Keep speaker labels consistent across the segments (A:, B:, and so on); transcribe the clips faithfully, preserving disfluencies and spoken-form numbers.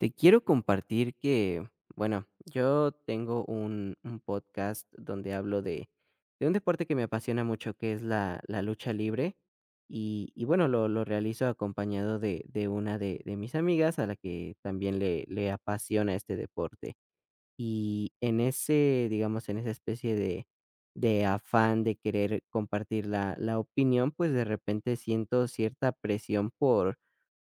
A: Te quiero compartir que, bueno, yo tengo un, un podcast donde hablo de, de un deporte que me apasiona mucho, que es la, la lucha libre. Y, y bueno, lo, lo realizo acompañado de, de una de, de mis amigas a la que también le, le apasiona este deporte. Y en ese, digamos, en esa especie de de afán de querer compartir la la opinión, pues, de repente siento cierta presión por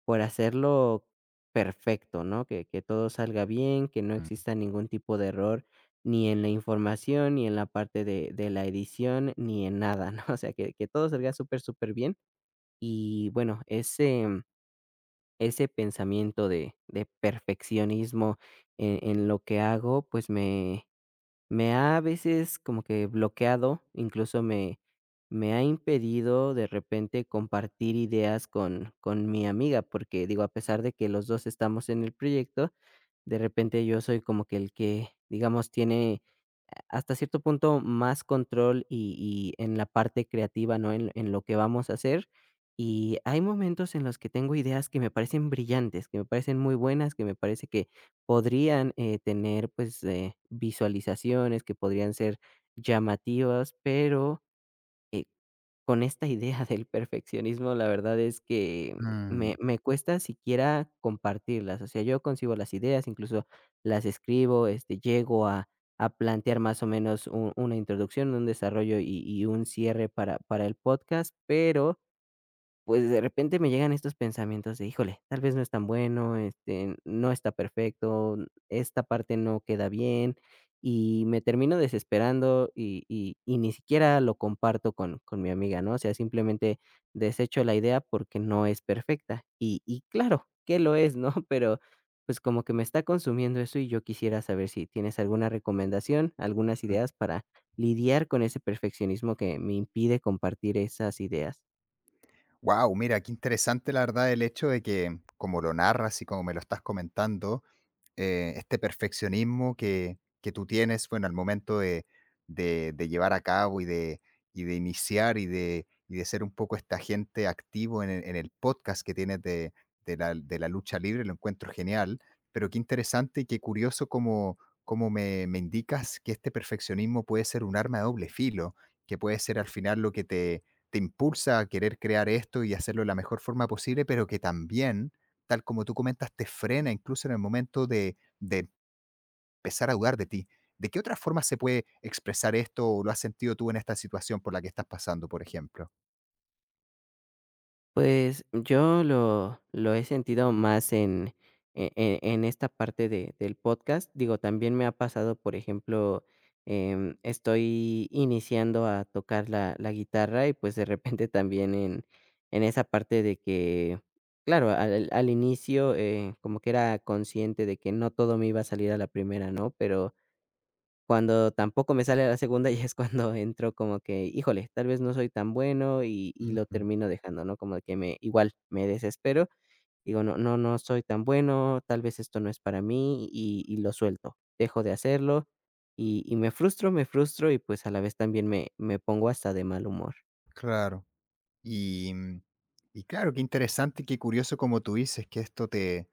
A: por hacerlo perfecto, ¿no? Que que todo salga bien, que no exista ningún tipo de error, ni en la información, ni en la parte de de la edición, ni en nada, ¿no? O sea, que que todo salga súper, súper bien. Y bueno, ese ese pensamiento de de perfeccionismo en en lo que hago, pues, me me ha a veces como que bloqueado, incluso me me ha impedido de repente compartir ideas con con mi amiga, porque digo, a pesar de que los dos estamos en el proyecto, de repente yo soy como que el que, digamos, tiene a- hasta cierto punto más control y, y en la parte creativa, ¿no? En, en lo que vamos a hacer. Y hay momentos en los que tengo ideas que me parecen brillantes, que me parecen muy buenas, que me parece que podrían eh, tener pues eh, visualizaciones, que podrían ser llamativas, pero eh, con esta idea del perfeccionismo, la verdad es que me
B: Wow,
A: me cuesta siquiera compartirlas. O sea, yo concibo las ideas, incluso las escribo, este, llego a a plantear más o menos u una introducción, un desarrollo y y un cierre para para el podcast, pero pues, de repente me llegan estos pensamientos de: "Híjole, tal vez no es tan bueno, este, no está perfecto, esta parte no queda bien", y me termino desesperando y y y ni siquiera lo comparto con con mi amiga, ¿no? O sea, simplemente desecho la idea porque no es perfecta. Y y claro que lo es, ¿no? Pero, pues, como que me está consumiendo eso y yo quisiera saber si tienes alguna recomendación, algunas ideas para lidiar con ese perfeccionismo que me impide compartir esas ideas.
B: mira, qué interesante la verdad el hecho de que, como lo narras y como me lo estás comentando, eh, este perfeccionismo que, que tú tienes, bueno, al momento de, de- de llevar a cabo y de, y de iniciar y de, y de ser un poco este agente activo en el, en el podcast que tienes de, de la, de la lucha libre, lo encuentro genial, pero qué interesante y qué curioso como, como me, me indicas que este perfeccionismo puede ser un arma de doble filo, que puede ser al final lo que te te impulsa a querer crear esto y hacerlo de la mejor forma posible, pero que también, tal como tú comentas, te frena incluso en el momento de, de empezar a dudar de ti. ¿De qué otra forma se puede expresar esto o lo has sentido tú en esta situación por la que estás pasando, por ejemplo?
A: Pues, yo lo lo he sentido más en e e en esta parte de del podcast. Digo, también me ha pasado, por ejemplo, em, estoy iniciando a tocar la la guitarra y, pues, de repente también en en esa parte de que, claro, al al inicio, eh, como que era consciente de que no todo me iba a salir a la primera, ¿no? Pero cuando tampoco me sale la segunda, y es cuando entro como que, híjole, tal vez no soy tan bueno y y lo
B: Ujú.
A: termino dejando, ¿no? Como que me igual me desespero, digo, no no no soy tan bueno, tal vez esto no es para mí y y lo suelto, dejo de hacerlo y y me frustro, me frustro y pues a la vez también me me pongo hasta de mal humor.
B: Claro. Y, mm, y claro, qué interesante y qué curioso como tú dices que esto te,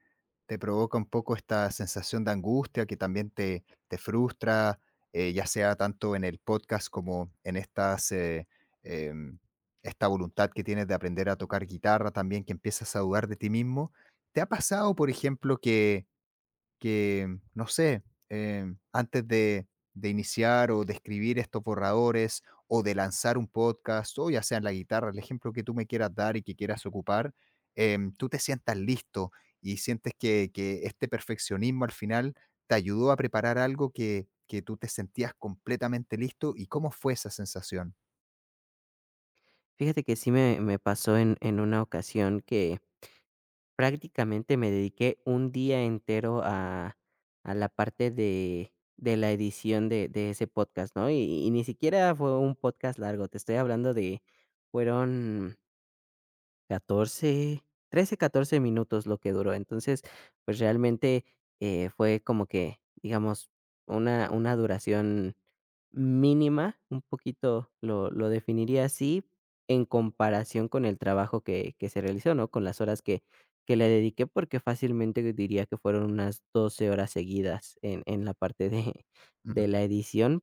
B: te provoca un poco esta sensación de angustia que también te, te frustra, eh, ya sea tanto en el podcast como en estas, eh, em, esta voluntad que tienes de aprender a tocar guitarra también, que empiezas a dudar de ti mismo. ¿Te ha pasado, por ejemplo, que que, no sé, eh, antes de, de iniciar o de escribir estos borradores o de lanzar un podcast, o ya sea en la guitarra, el ejemplo que tú me quieras dar y que quieras ocupar, em, tú te sientas listo y sientes que, que este perfeccionismo al final te ayudó a preparar algo que, que tú te sentías completamente listo y cómo fue esa sensación.
A: Fíjate que sí me me pasó en en una ocasión que prácticamente me dediqué un día entero a a la parte de de la edición de de ese podcast, ¿no? Y y ni siquiera fue un podcast largo, te estoy hablando de fueron catorce, trece, catorce minutos lo que duró. Entonces, pues realmente eh, fue como que, digamos, una, una duración mínima, un poquito lo, lo definiría así, en comparación con el trabajo que, que se realizó, ¿no? Con las horas que, que le dediqué, porque fácilmente diría que fueron unas doce horas seguidas en, en la parte de,
B: Mm,
A: de la edición,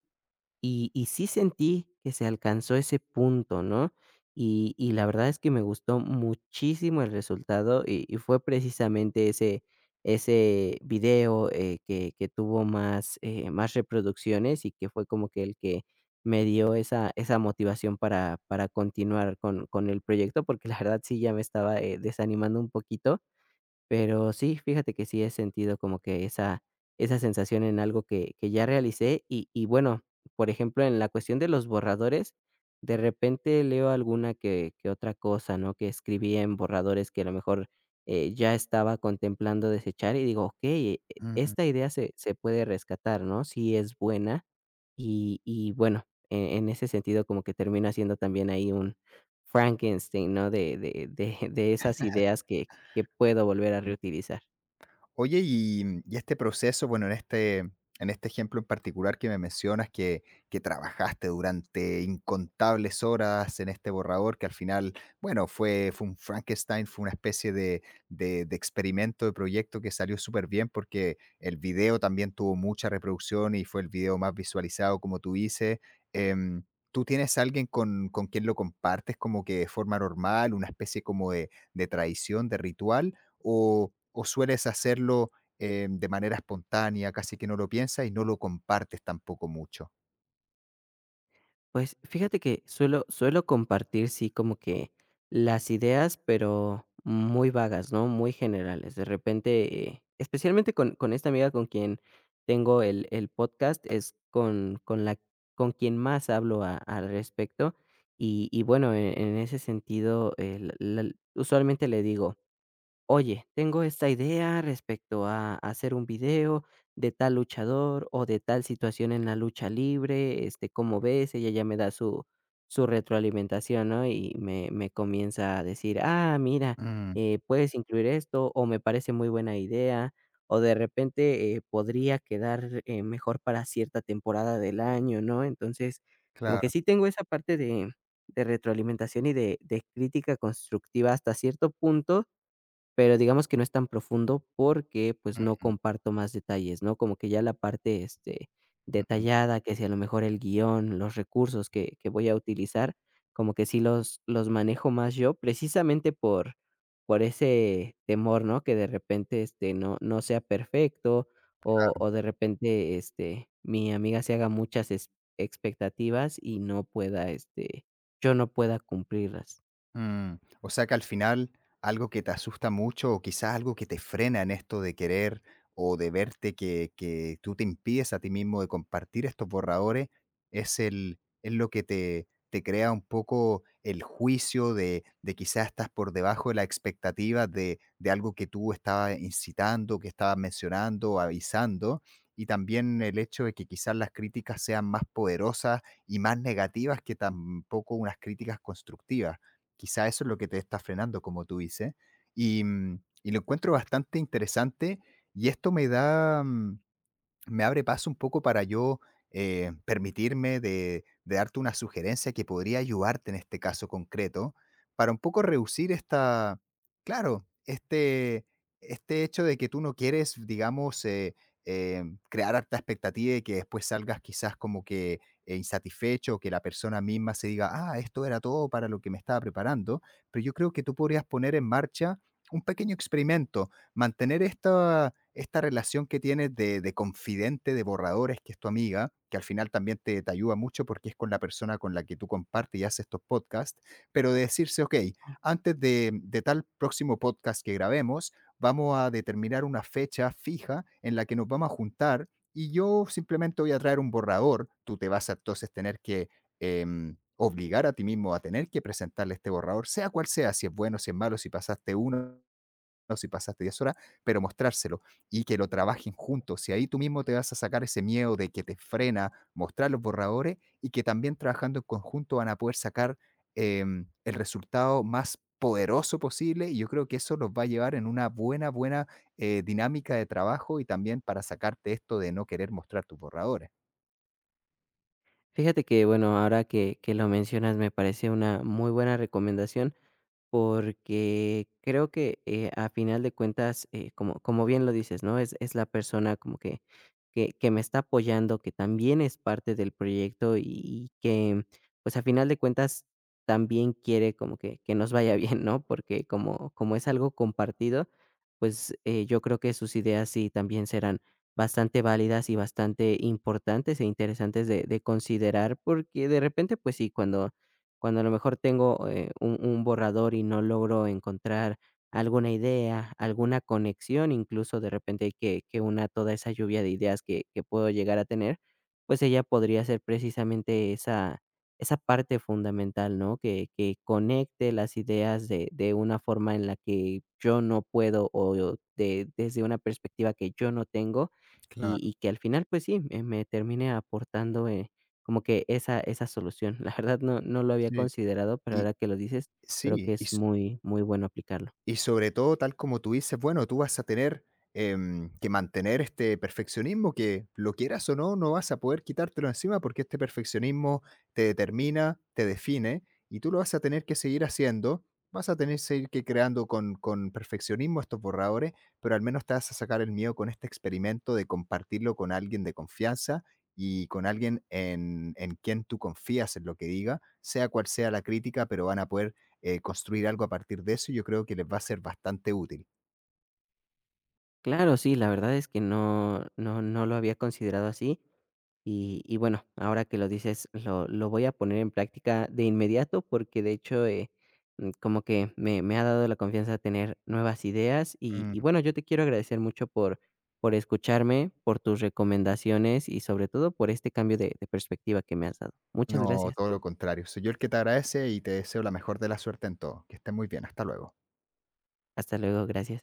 A: y y sí sentí que se alcanzó ese punto, ¿no? Y y la verdad es que me gustó muchísimo el resultado, y y fue precisamente ese ese video, eh, que que tuvo más, eh, más reproducciones, y que fue como que el que me dio esa esa motivación para para continuar con con el proyecto, porque la verdad sí ya me estaba, eh, desanimando un poquito. Pero sí, fíjate que sí he sentido como que esa esa sensación en algo que que ya realicé y y bueno, por ejemplo, en la cuestión de los borradores, de repente leo alguna que que otra cosa, ¿no?, que escribí en borradores que a lo mejor, eh, ya estaba contemplando desechar y digo: "Okey, e
B: mm.
A: esta idea se se puede rescatar", ¿no?, sí es buena y y bueno, e en ese sentido como que termina siendo también ahí un Frankenstein, ¿no?, de de de de esas ideas que que puedo volver a reutilizar.
B: Oye, y, mm, y este proceso, bueno, en este, en este ejemplo en particular que me mencionas, que, que trabajaste durante incontables horas en este borrador, que al final, bueno, fue, fue un Frankenstein, fue una especie de, de, de experimento, de proyecto que salió súper bien porque el video también tuvo mucha reproducción y fue el video más visualizado, como tú dices. Em, ¿tú tienes alguien con, con quien lo compartes como que de forma normal, una especie como de, de tradición, de ritual? ¿O, o sueles hacerlo eh, de manera espontánea, casi que no lo piensas y no lo compartes tampoco mucho?
A: Pues, fíjate que suelo suelo compartir, sí, como que las ideas, pero muy vagas, ¿no? Muy generales. De repente, eh, especialmente con con esta amiga con quien tengo el el podcast, es con con la con quien más hablo a al respecto. Y y bueno, en en ese sentido, el la la- usualmente le digo: "Oye, tengo esta idea respecto a hacer un video de tal luchador o de tal situación en la lucha libre, este, ¿cómo ves?". Ella ya me da su, su retroalimentación, ¿no? Y me, me comienza a decir: "Ah, mira,
B: Mm,
A: eh, puedes incluir esto" o "me parece muy buena idea" o de repente eh, podría quedar eh, mejor para cierta temporada del año, ¿no? Entonces, como que
B: claro.
A: sí tengo esa parte de, de retroalimentación y de, de crítica constructiva hasta cierto punto, pero digamos que no es tan profundo porque, pues, no
B: Mm,
A: comparto más detalles, ¿no? Como que ya la parte, este,
B: mm, mm.
A: detallada, que si a lo mejor el guión, los recursos que que voy a utilizar, como que sí los los manejo más yo, precisamente por por ese temor, ¿no? Que de repente, este, no no sea perfecto o o de repente, este, mi amiga se haga muchas es expectativas y no pueda, este, yo no pueda cumplirlas.
B: Mm, o sea que al final algo que te asusta mucho o quizás algo que te frena en esto de querer o de verte que, que tú te impides a ti mismo de compartir estos borradores es, el, es lo que te, te crea un poco el juicio de, de quizás estás por debajo de la expectativa de, de algo que tú estabas incitando, que estabas mencionando, avisando. Y también el hecho de que quizás las críticas sean más poderosas y más negativas que tampoco unas críticas constructivas, quizá eso es lo que te está frenando, como tú dices. Y, mm, y lo encuentro bastante interesante y esto me da, mm, me abre paso un poco para yo eh, permitirme de, de darte una sugerencia que podría ayudarte en este caso concreto, para un poco reducir esta, claro, este, este hecho de que tú no quieres, digamos, eh, eh, crear harta expectativa y que después salgas quizás como que eh, insatisfecho, que la persona misma se diga, ah, esto era todo para lo que me estaba preparando, pero yo creo que tú podrías poner en marcha un pequeño experimento, mantener esta, esta relación que tienes de, de confidente, de borradores, que es tu amiga, que al final también te, te ayuda mucho porque es con la persona con la que tú compartes y haces estos podcasts, pero de decirse, ok, antes de, de tal próximo podcast que grabemos, vamos a determinar una fecha fija en la que nos vamos a juntar y yo simplemente voy a traer un borrador, tú te vas a entonces tener que... em, obligar a ti mismo a tener que presentarle este borrador, sea cual sea, si es bueno, si es malo, si pasaste uno no, si pasaste diez horas, pero mostrárselo y que lo trabajen juntos. Y ahí tú mismo te vas a sacar ese miedo de que te frena mostrar los borradores y que también trabajando en conjunto van a poder sacar em, el resultado más poderoso posible y yo creo que eso los va a llevar en una buena, buena eh, dinámica de trabajo y también para sacarte esto de no querer mostrar tus borradores.
A: Fíjate que, bueno, ahora que que lo mencionas, me parece una muy buena recomendación. Porque creo que, eh, a final de cuentas, eh, como como bien lo dices, ¿no? Es es la persona como que que que me está apoyando, que también es parte del proyecto y y que, pues, a final de cuentas, también quiere como que que nos vaya bien, ¿no? Porque como como es algo compartido, pues, eh, yo creo que sus ideas sí también serán bastante válidas y bastante importantes e interesantes de de considerar, porque de repente, pues sí, cuando cuando a lo mejor tengo, eh, un un borrador y no logro encontrar alguna idea, alguna conexión, incluso de repente que que una toda esa lluvia de ideas que que puedo llegar a tener, pues ella podría ser precisamente esa esa parte fundamental, ¿no? Que que conecte las ideas de de una forma en la que yo no puedo o yo- de desde una perspectiva que yo no tengo y
B: Claro,
A: y que al final, pues sí, me me termine aportando, eh, como que esa esa solución. La verdad no no lo había
B: sí.
A: considerado, pero
B: Y
A: ahora que lo dices, creo
B: sí,
A: que
B: y
A: es muy muy bueno aplicarlo.
B: Y sobre todo, tal como tú dices, bueno, tú vas a tener, em, que mantener este perfeccionismo que, lo quieras o no, no vas a poder quitártelo encima, porque este perfeccionismo te determina, te define, y tú lo vas a tener que seguir haciendo. Vas a tener que seguir que creando con con perfeccionismo estos borradores, pero al menos te vas a sacar el miedo con este experimento de compartirlo con alguien de confianza y con alguien en en quien tú confías en lo que diga, sea cual sea la crítica, pero van a poder eh, construir algo a partir de eso, yo creo que les va a ser bastante útil.
A: Claro, sí, la verdad es que no no no lo había considerado así y y bueno, ahora que lo dices, lo lo voy a poner en práctica de inmediato porque de hecho, eh, mm, como que me me ha dado la confianza de tener nuevas ideas y
B: Mm.
A: y bueno, yo te quiero agradecer mucho por por escucharme, por tus recomendaciones y sobre todo por este cambio de de perspectiva que me has dado. Muchas
B: No,
A: gracias.
B: todo lo contrario. Soy yo el que te agradece y te deseo la mejor de la suerte en todo. Que estés muy bien. Hasta luego.
A: Hasta luego, gracias.